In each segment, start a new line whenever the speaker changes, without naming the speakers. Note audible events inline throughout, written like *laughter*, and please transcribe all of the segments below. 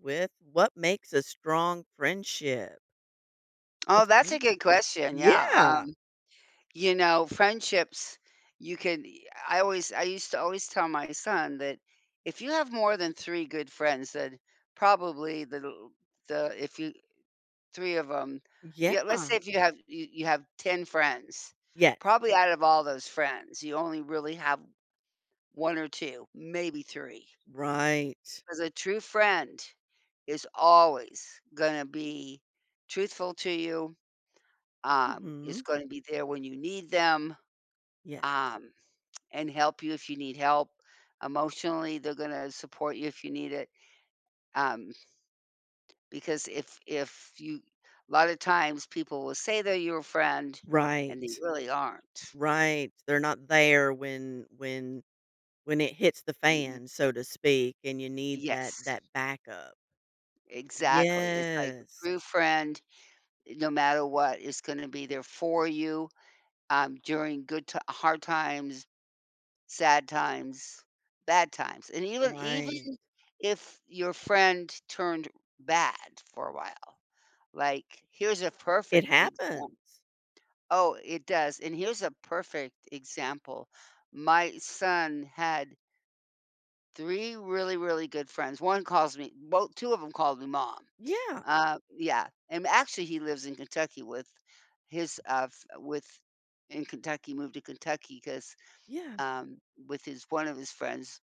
With what makes a strong friendship?
Oh,
What
that's
to?
a good question. Yeah.
Yeah.
Friendships, you can, I always, I used to always tell my son that if you have more than three good friends, then probably if you, three of them, if
Yeah.
you, let's say if you have, you have 10 friends,
Yes.
probably out of all those friends, you only really have one or two, maybe three.
Right.
Because a true friend is always going to be truthful to you, is
Hmm.
gonna be there when you need them,
Yes.
um, and help you if you need help. Emotionally, they're gonna support you if you need it, um, because if you a lot of times people will say they're your friend, and they
Right.
really aren't.
Right. They're not there when when it hits the
Mhm.
fan, so to speak, and you need that
Yes,
that backup.
exactly. It's like a
Yes.
true friend, no matter what, is gonna be there for you, during good ti hard times, sad times, bad times, and even
Right.
if your friend turned bad for a while, like, here's a
It
perfect example.
happens.
Oh, it does, and here's a perfect example. My son had 3 really, really good friends. One calls me both 2 of them called me mom.
Yeah.
Yeah, and actually, he lives in Kentucky with his, f with in Kentucky, moved to Kentucky because
Yeah.
um, with his one of his friends,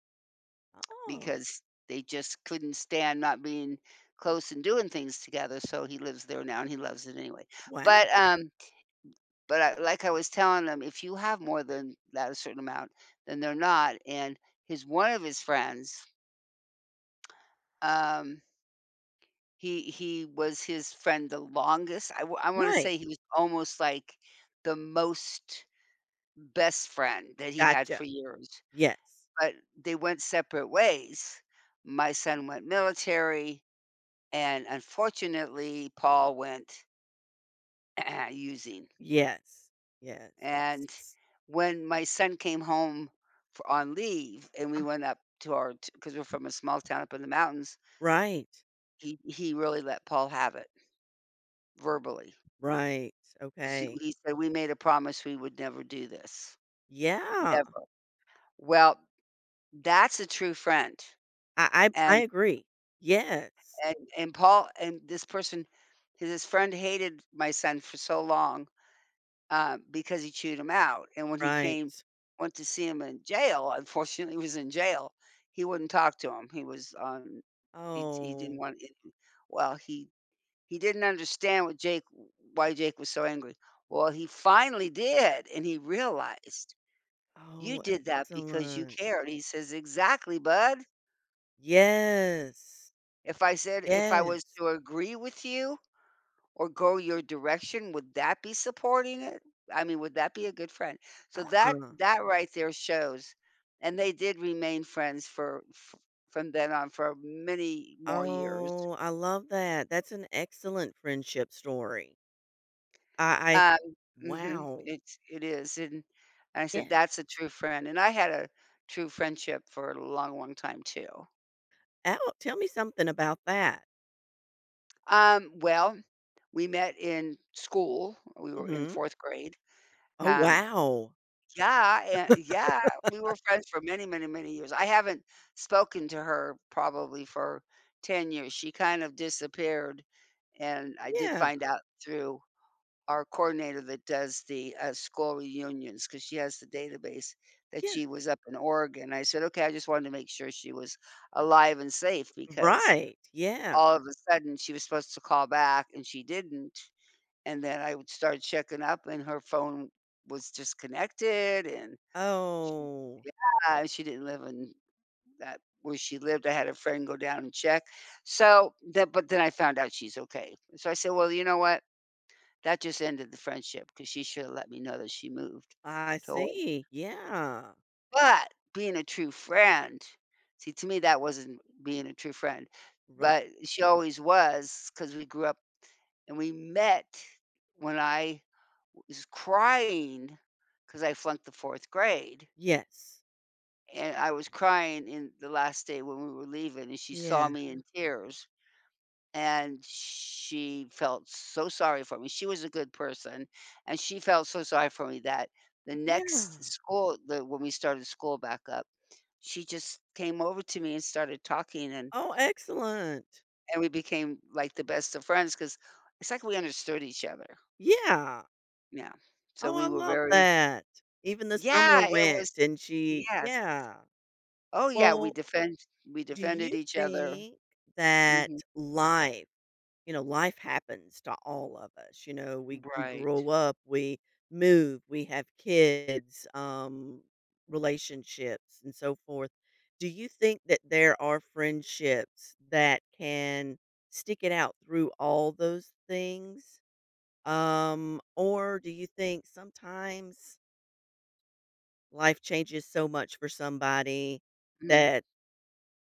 Oh.
because they just couldn't stand not being close and doing things together, so he lives there now and he loves it anyway. But,
Wow.
um, but I was telling him, if you have more than that a certain amount, then they're not, and his one of his friends, um, he was his friend the longest. I wanna
Right.
say he was almost like the most best friend that he had
Gotcha.
for years,
Yes.
but they went separate ways. My son went military. And unfortunately, Paul went *clears throat* using.
Yes. Yes.
And when my son came home for on leave and
Uh,
we went up to our because we're from a small town up in the mountains,
right.
he really let Paul have it verbally.
Right,
'Cause he
okay.
he said, "We made a promise we would never do this.
Yeah,
Never." Well, that's a true friend.
I
And
agree. Yes,
and Paul and this person his friend hated my son for so long, because he chewed him out. And when he
right.
went to see him in jail, *laughs* unfortunately, he was in jail. He wouldn't talk to him. He was on. He he didn't
Oh,
want. It. Well, he didn't understand what Jake why Jake was so angry. Well, he finally did, and he realized you
oh,
did that because you
excellent.
cared. He says, "Exactly, bud.
Yes,
If I was
yes,
to agree with you, or go your direction, would that be supporting it? I mean, would that be a good friend?" So that
uh-uh.
that right there shows, and they did remain friends for, f from then on for many more years.
Oh, I love that. That's an excellent friendship story. I
Um, mhm.
wow,
It is, and I
yeah.
said, "That's a true friend," and I had a true friendship for a long, long time too.
Oh, tell me something about that.
Well, we met in school, we were in
Mhm.
4th grade.
Oh,
um
wow.
Yeah, and yeah, we were friends for many, many, many years. I haven't spoken to her probably for 10 years. She kind of disappeared, and I did
Yeah,
find out through our coordinator that does the, school reunions, because she has the database, that
yeah,
she was up in Oregon. I said, "Okay, I just wanted to make sure she was alive and safe," because
right, yeah.
all of a sudden, she was supposed to call back, and she didn't, and then I would start checking up, and her phone was disconnected, and she
Oh,
yeah, she didn't live in that where she lived. I had a friend go down and check. So, that but then I found out she's okay. So I said, "Well, you know what? That just ended the friendship, because she should've let me know that she moved
I
to Oregon."
see, yeah,
But being a true friend See, to me, that wasn't being a true friend,
right.
but she always was, because we grew up and we met when I was crying because I flunked the 4th grade.
Yes.
And I was crying in the last day when we were leaving, and she saw
Yeah.
me in tears, and she felt so sorry for me. She was a good person, and she felt so sorry for me that the
Yeah.
next school the when we started school back up, she just came over to me and started talking, and
Oh, excellent.
and we became, like, the best of friends, because it's like we understood each other.
Yeah.
Yeah. So
Oh, I
we were
love
very
that. Even the summer
Yeah. it
went
was
and she
Yes.
yeah.
Oh, yeah,
Well,
we
do
defended
you
each other.
think that
Mhm.
life life happens to all of us. You know, we
Right.
grow up, we move, we have kids, relationships, and so forth. Do you think that there are friendships that can stick it out through all those things? Or do you think sometimes life changes so much for somebody
Mhm.
that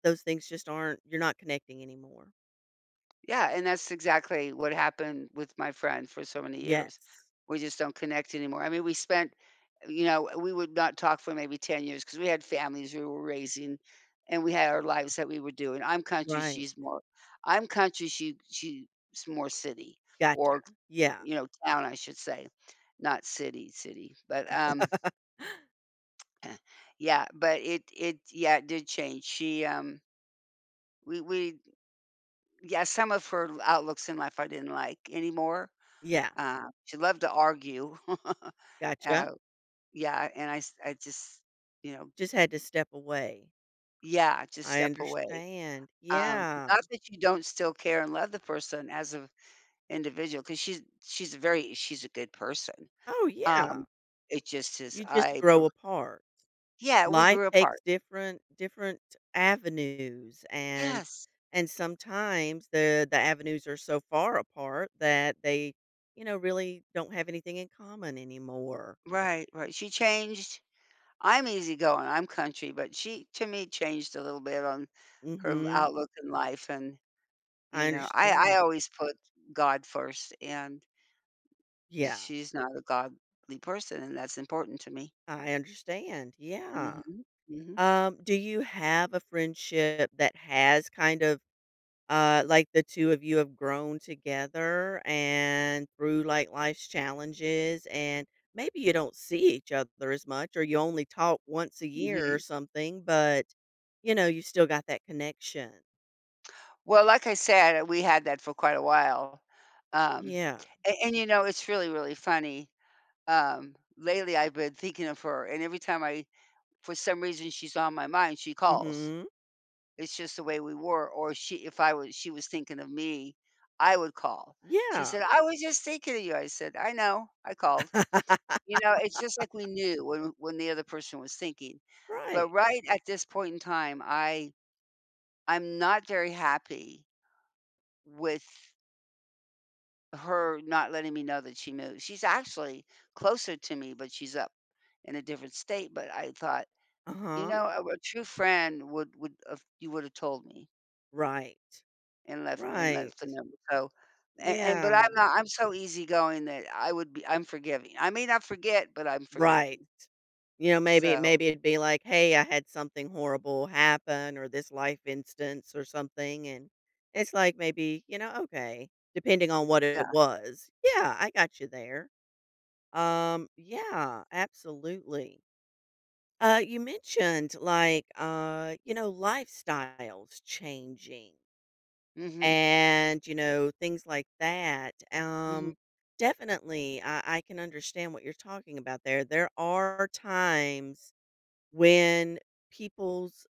those things just aren't you're not connecting anymore?
Yeah, and that's exactly what happened with my friend for so many years.
Yes.
We just don't connect anymore. I mean, we spent you know, we would not talk for maybe 10 years because we had families we were raising and we had our lives that we were doing.
Right.
I'm country, she's more city
Gotcha.
or,
Yeah.
town, I should say, not city, city. But,
*gasps*
*clears throat* yeah, but it yeah, it did change. She, we Yeah, some of her outlooks in life I didn't like anymore.
Yeah,
She loved to argue. *laughs*
gotcha.
Uh, yeah, and I just, you know
Just had to step away.
yeah, just
I
step away.
understand. Yeah.
Not that you don't still care and love the person as an individual, because she's a good person.
Oh,
Um,
yeah.
it just is
You just
I
grow
pref
apart.
Yeah, we
Life
grew
takes
apart.
different different avenues
Yes.
and sometimes the avenues are so far apart that they, really don't have anything in common anymore.
Right, right. She changed. I'm easygoing, I'm country, but she, to me, changed a little bit on her
Mhm.
outlook in life. And you
I
know, I
understand.
always put God first, and
Yeah,
she's not a godly person, and that's important to me.
I understand. Yeah.
Mhm, mhm,
Do you have a friendship that has kind of like the two of you have grown together and through like life's challenges and maybe you don't see each other as much or you only talk once a year or
mhm.
something but you know you still got that connection.
Well, like I said, we had that for quite a while. um,
Yeah.
it's really, really funny. Lately, I've been thinking of her, and every time I for some reason, she's on my mind, she calls.
Hmm.
It's just the way we were, or she if I was she was thinking of me, I would call. She
Yeah.
said, "I was just thinking of you." I said, "I know, I called." You know, it's just like we knew when the other person was thinking. But
Right.
right at this point in time, I'm not very happy with her not letting me know that she moved. She's actually closer to me, but she's up in a different state, but I thought,
Uh-huh.
a true friend would have told me
Right.
and
Right.
left the number. So and but
Yeah.
I'm not, I'm so easygoing that I would be I'm forgiving. I may not forget, but I'm
Right.
forgiving.
You know, maybe
So,
maybe it'd be like, "Hey, I had something horrible happen or this life instance or something," and it's like maybe, you know, okay, depending on what it
yeah.
was. Yeah, I got you there. Yeah, absolutely. You mentioned like, you know, lifestyles changing
Mhm.
and, you know, things like that.
Mhm.
Definitely, I can understand what you're talking about there. There are times when people's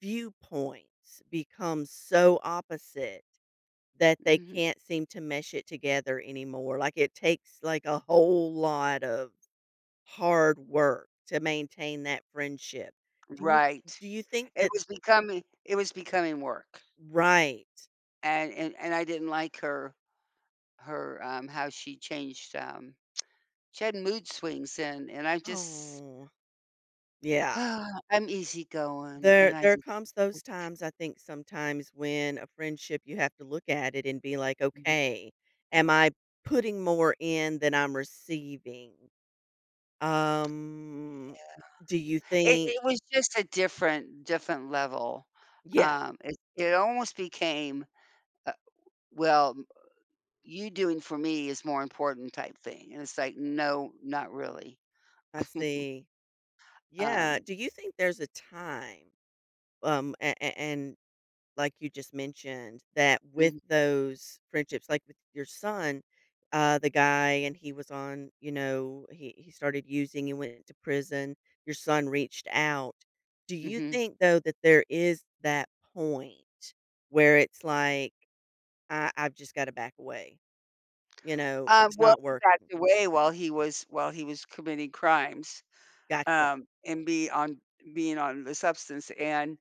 viewpoints become so opposite that they
Mhm.
can't seem to mesh it together anymore. Like it takes like a whole lot of hard work to maintain that friendship. Do you
Right.
do you think that
It was becoming work,
right.
and I didn't like how she changed. She had mood swings, and I just
Oh, yeah.
*sighs* I'm easygoing,
There
and I
there
just
comes those times I think sometimes when a friendship you have to look at it and be like,
Mhm.
"Okay, am I putting more in than I'm receiving?" Um, do you
It
think
it was just a different level.
yeah,
It almost became, uh, "Well, m you doing for me is more important," type thing, and it's like, "No, not really."
I see. Yeah,
Um,
do you think there's a time, a and like you just mentioned, that with
mhm,
those friendships, like with your son, the guy and he was on, you know, he started using and went to prison, your son reached out. Do you
mhm.
think though that there is that point where it's like, "I've just gotta back away," you know, "It's
Well,
not
he
work."
backed away while he was committing crimes,
Gotcha.
and be on being on the substance, and,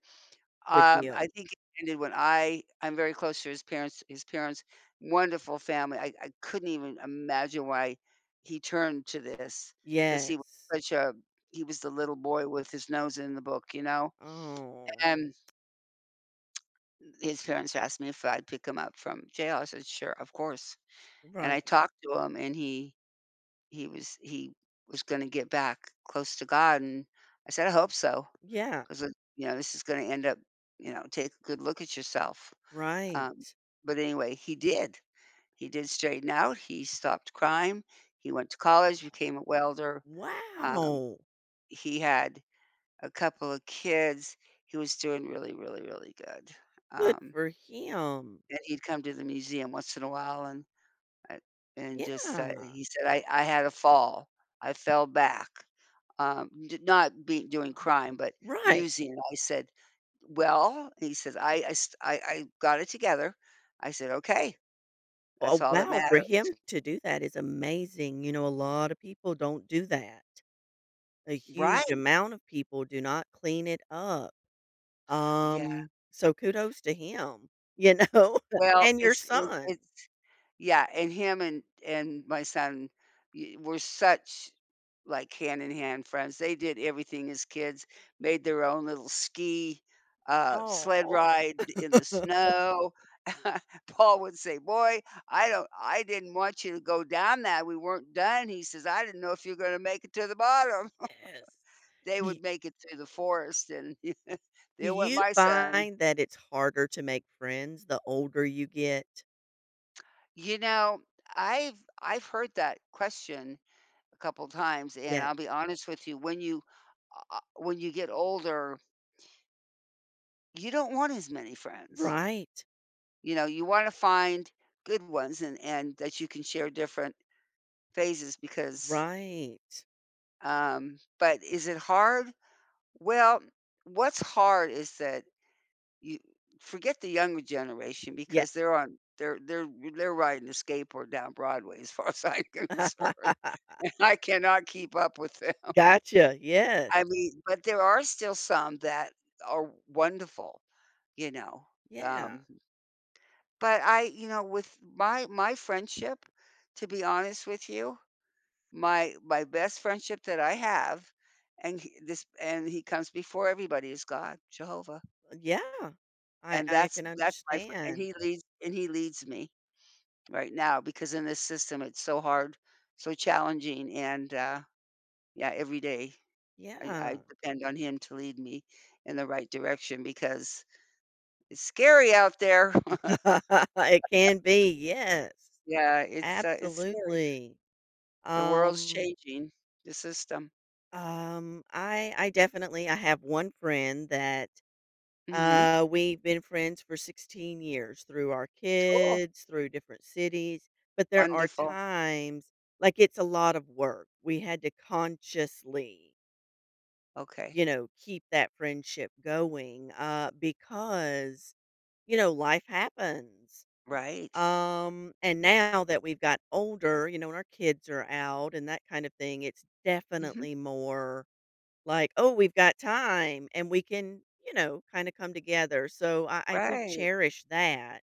Good
um,
deal.
I think it ended when I I'm very close to his parents, wonderful family. I couldn't even imagine why he turned to this, because he was
Yes.
such a he was the little boy with his nose in the book,
Oh,
and his parents asked me if I'd pick him up from jail. I said, "Sure, of course," and
right.
I talked to him, and he He was gonna get back close to God. And I said, "I hope so,
Yeah,
because this is gonna end up, take a good look at yourself."
right.
Um, but anyway, he did. He did straighten out, he stopped crime, he went to college, became a welder. um,
Wow!
he had a couple of kids, he was doing really, really, really good.
Good
Um,
for him.
and he'd come to the museum once in a while, and I and just,
Yeah,
he said, "I had a fall. I fell back. D not be doing crime, but
right.
using it." I said, "Well," he says, "I got it together." I said, "Okay, that's
Oh,
all that
wow, for
matters."
him to do that is amazing. You know, a lot of people don't do that. A huge
Right.
amount of people do not clean it up.
Yeah.
So kudos to him, you know, *laughs*
Well,
and your
it's it
son.
it's Yeah, and him and my son y were such, like, hand-in-hand friends. They did everything as kids, made their own little sled
Oh,
ride in the
*laughs*
snow. *laughs* Paul would say, "Boy, I didn't want you to go down that, we weren't done." He says, "I didn't know if you're gonna make it to the bottom." *laughs* They
yes.
would make it through the forest, and *laughs*
Do
there went
you
my son.
find that it's harder to make friends the older you get?
You know, I've heard that question a couple times, and
Yeah.
I'll be honest with you, when you get older, you don't want as many friends.
Right.
You know, you want to find good ones and that you can share different phases, because
Right.
but is it hard? Well, what's hard is that you forget the younger generation
Yeah.
because they're on they're they're riding a skateboard down Broadway as far as I'm *laughs*
*laughs*
concerned. I cannot keep up with them.
Gotcha. Yes.
I mean, but there are still some that are wonderful, you know,
Yeah.
um, but I you know, with my friendship. To be honest with you, my best friendship that I have, and he comes before everybody, is God, Jehovah,
Yeah. I
and
I
that's
can
that's my fr
understand.
and he leads me right now, because in this system, it's so hard, so challenging, and yeah, every day I
Yeah.
depend on him to lead me in the right direction, because it's scary out there. *laughs*
*laughs* It can be. Yes.
Yeah, it's scary.
Absolutely.
The world's
Um,
changing, the system.
I definitely I have one friend that
Mhm,
uh, we've been friends for 16 years through our
cool,
kids, through different cities, but there are
wonderful.
times like it's a lot of work. We had to consciously,
Okay,
you know, keep that friendship going because, you know, life happens.
right.
And now that we've got older, you know, and our kids are out and that kind of thing, it's
Mhm,
definitely more like, "Oh, we've got time and we can," you know, kinda come together, so I do
right,
cherish that,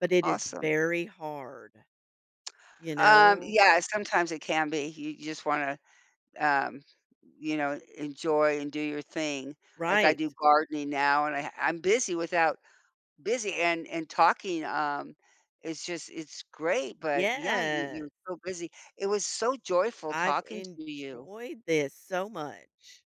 but it is
awesome.
very hard, you know?
Yeah, sometimes it can be. You just wanna, um, enjoy and do your thing. Like, I
Right.
do gardening now, and I'm busy, without busy and talking. It's great, but yeah, you
Yes.
you're so busy. It was so joyful
I've
talking to you.
enjoyed this so much.